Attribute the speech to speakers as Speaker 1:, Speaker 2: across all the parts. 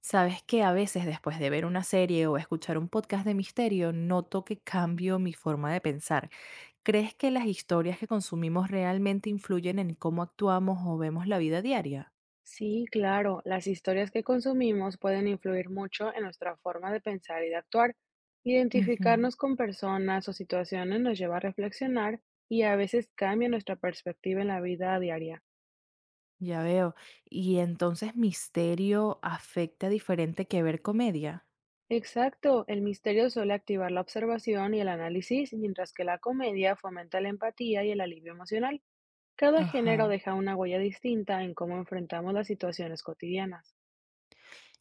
Speaker 1: Sabes que a veces después de ver una serie o escuchar un podcast de misterio, noto que cambio mi forma de pensar. ¿Crees que las historias que consumimos realmente influyen en cómo actuamos o vemos la vida diaria?
Speaker 2: Sí, claro, las historias que consumimos pueden influir mucho en nuestra forma de pensar y de actuar.
Speaker 1: Ujú,
Speaker 2: Identificarnos con personas o situaciones nos lleva a reflexionar y a veces cambia nuestra perspectiva en la vida diaria.
Speaker 1: ya veo. ¿Y entonces misterio afecta diferente que ver comedia?
Speaker 2: Exacto, el misterio suele activar la observación y el análisis, mientras que la comedia fomenta la empatía y el alivio emocional. Cada
Speaker 1: Ajá.
Speaker 2: género deja una huella distinta en cómo enfrentamos las situaciones cotidianas.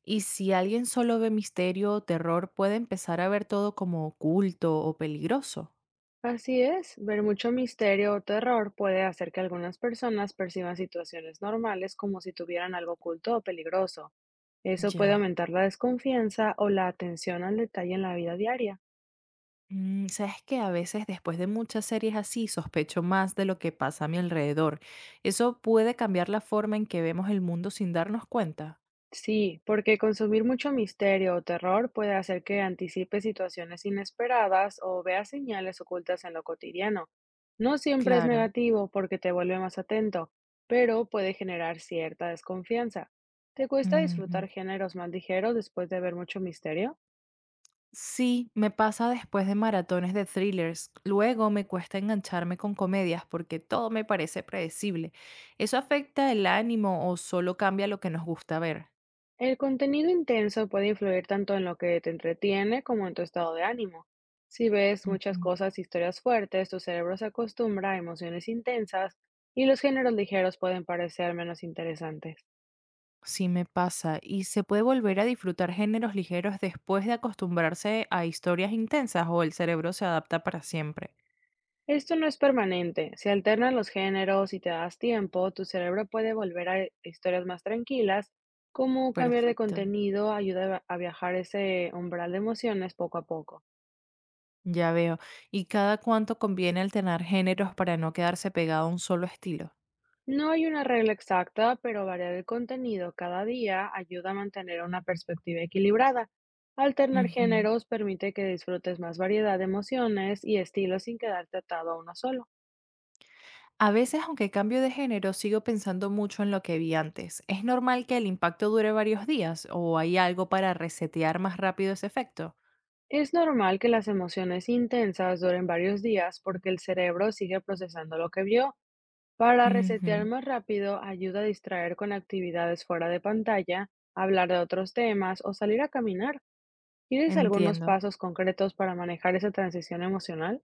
Speaker 1: ¿Y si alguien solo ve misterio o terror, puede empezar a ver todo como oculto o peligroso?
Speaker 2: Así es, ver mucho misterio o terror puede hacer que algunas personas perciban situaciones normales como si tuvieran algo oculto o peligroso. Eso puede
Speaker 1: Ya.
Speaker 2: aumentar la desconfianza o la atención al detalle en la vida diaria.
Speaker 1: Sabes que a veces después de muchas series así sospecho más de lo que pasa a mi alrededor. Eso puede cambiar la forma en que vemos el mundo sin darnos cuenta.
Speaker 2: Sí, porque consumir mucho misterio o terror puede hacer que anticipes situaciones inesperadas o veas señales ocultas en lo cotidiano. No siempre es
Speaker 1: Claro.
Speaker 2: negativo porque te vuelve más atento, pero puede generar cierta desconfianza. ¿Te cuesta
Speaker 1: Ujú.
Speaker 2: disfrutar géneros más ligeros después de ver mucho misterio?
Speaker 1: Sí, me pasa después de maratones de thrillers. Luego me cuesta engancharme con comedias porque todo me parece predecible. ¿Eso afecta el ánimo o solo cambia lo que nos gusta ver?
Speaker 2: El contenido intenso puede influir tanto en lo que te entretiene como en tu estado de ánimo. Si ves muchas cosas, historias fuertes, tu cerebro se acostumbra a emociones intensas y los géneros ligeros pueden parecer menos interesantes.
Speaker 1: Sí me pasa. ¿Y se puede volver a disfrutar géneros ligeros después de acostumbrarse a historias intensas o el cerebro se adapta para siempre?
Speaker 2: Esto no es permanente. Si alternas los géneros y te das tiempo, tu cerebro puede volver a historias más tranquilas, como cambiar de
Speaker 1: Perfecto,
Speaker 2: contenido ayuda a viajar ese umbral de emociones poco a poco.
Speaker 1: ya veo. ¿Y cada cuánto conviene alternar géneros para no quedarse pegado a un solo estilo?
Speaker 2: No hay una regla exacta, pero variar el contenido cada día ayuda a mantener una perspectiva equilibrada. Alternar
Speaker 1: Ujú.
Speaker 2: géneros permite que disfrutes más variedad de emociones y estilos sin quedarte atado a uno solo.
Speaker 1: A veces, aunque cambio de género, sigo pensando mucho en lo que vi antes. ¿Es normal que el impacto dure varios días o hay algo para resetear más rápido ese efecto?
Speaker 2: Es normal que las emociones intensas duren varios días porque el cerebro sigue procesando lo que vio. Para resetear
Speaker 1: Ujú,
Speaker 2: más rápido, ayuda a distraer con actividades fuera de pantalla, hablar de otros temas o salir a caminar. ¿Tienes algunos
Speaker 1: entiendo.
Speaker 2: pasos concretos para manejar esa transición emocional?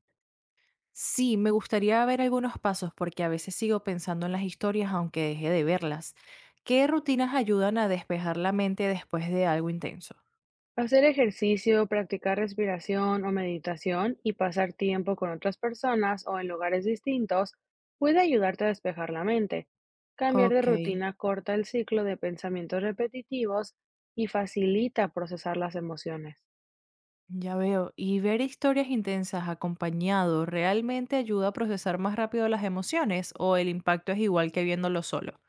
Speaker 1: Sí, me gustaría ver algunos pasos porque a veces sigo pensando en las historias aunque deje de verlas. ¿Qué rutinas ayudan a despejar la mente después de algo intenso?
Speaker 2: Hacer ejercicio, practicar respiración o meditación y pasar tiempo con otras personas o en lugares distintos puede ayudarte a despejar la mente. Cambiar de
Speaker 1: Ok,
Speaker 2: rutina corta el ciclo de pensamientos repetitivos y facilita procesar las emociones.
Speaker 1: ya veo. Y ver historias intensas acompañado realmente ayuda a procesar más rápido las emociones o el impacto es igual que viéndolo solo.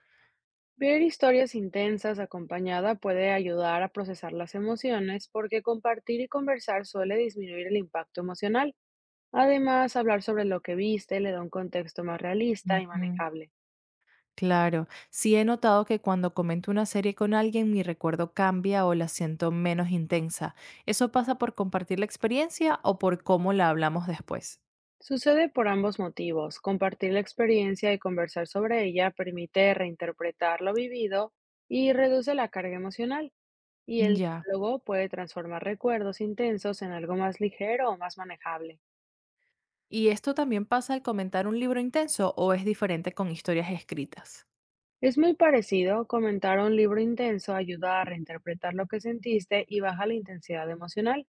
Speaker 2: Ver historias intensas acompañada puede ayudar a procesar las emociones porque compartir y conversar suele disminuir el impacto emocional. Además, hablar sobre lo que viste le da un contexto más realista y
Speaker 1: Ujú.
Speaker 2: manejable.
Speaker 1: Claro, sí he notado que cuando comento una serie con alguien mi recuerdo cambia o la siento menos intensa. ¿Eso pasa por compartir la experiencia o por cómo la hablamos después?
Speaker 2: Sucede por ambos motivos. Compartir la experiencia y conversar sobre ella permite reinterpretar lo vivido y reduce la carga emocional, y el
Speaker 1: Ya.
Speaker 2: diálogo puede transformar recuerdos intensos en algo más ligero o más manejable.
Speaker 1: ¿Y esto también pasa al comentar un libro intenso o es diferente con historias escritas?
Speaker 2: Es muy parecido, comentar un libro intenso ayuda a reinterpretar lo que sentiste y baja la intensidad emocional,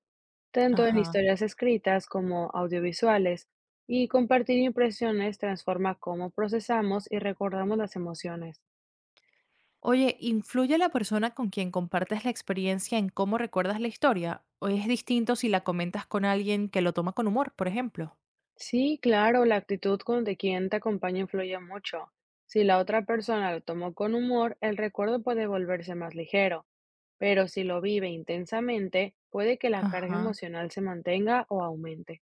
Speaker 2: tanto en
Speaker 1: Ajá.
Speaker 2: historias escritas como audiovisuales, y compartir impresiones transforma cómo procesamos y recordamos las emociones.
Speaker 1: Oye, ¿influye la persona con quien compartes la experiencia en cómo recuerdas la historia? ¿O es distinto si la comentas con alguien que lo toma con humor, por ejemplo?
Speaker 2: Sí, claro, la actitud con de quien te acompaña influye mucho. Si la otra persona lo tomó con humor, el recuerdo puede volverse más ligero, pero si lo vive intensamente, puede que la carga
Speaker 1: Ajá.
Speaker 2: emocional se mantenga o aumente.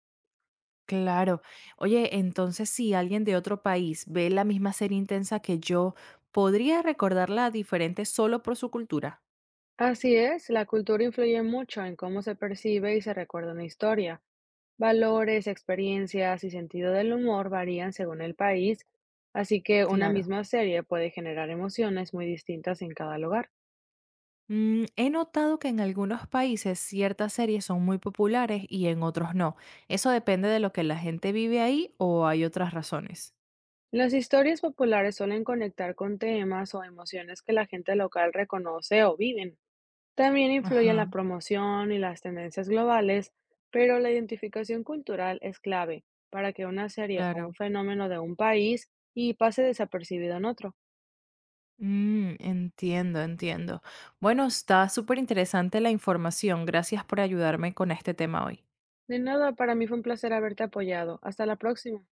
Speaker 1: Claro. Oye, entonces si alguien de otro país ve la misma serie intensa que yo, ¿podría recordarla diferente solo por su cultura?
Speaker 2: Así es, la cultura influye mucho en cómo se percibe y se recuerda una historia. Valores, experiencias y sentido del humor varían según el país, así que una
Speaker 1: Claro.
Speaker 2: misma serie puede generar emociones muy distintas en cada lugar.
Speaker 1: He notado que en algunos países ciertas series son muy populares y en otros no. ¿Eso depende de lo que la gente vive ahí o hay otras razones?
Speaker 2: Las historias populares suelen conectar con temas o emociones que la gente local reconoce o viven. También influyen
Speaker 1: Ajá,
Speaker 2: la promoción y las tendencias globales, pero la identificación cultural es clave para que una serie o un
Speaker 1: claro.
Speaker 2: fenómeno de un país y pase desapercibido en otro.
Speaker 1: Entiendo, entiendo. Bueno, está súper interesante la información. Gracias por ayudarme con este tema hoy.
Speaker 2: De nada, para mí fue un placer haberte apoyado. Hasta la próxima.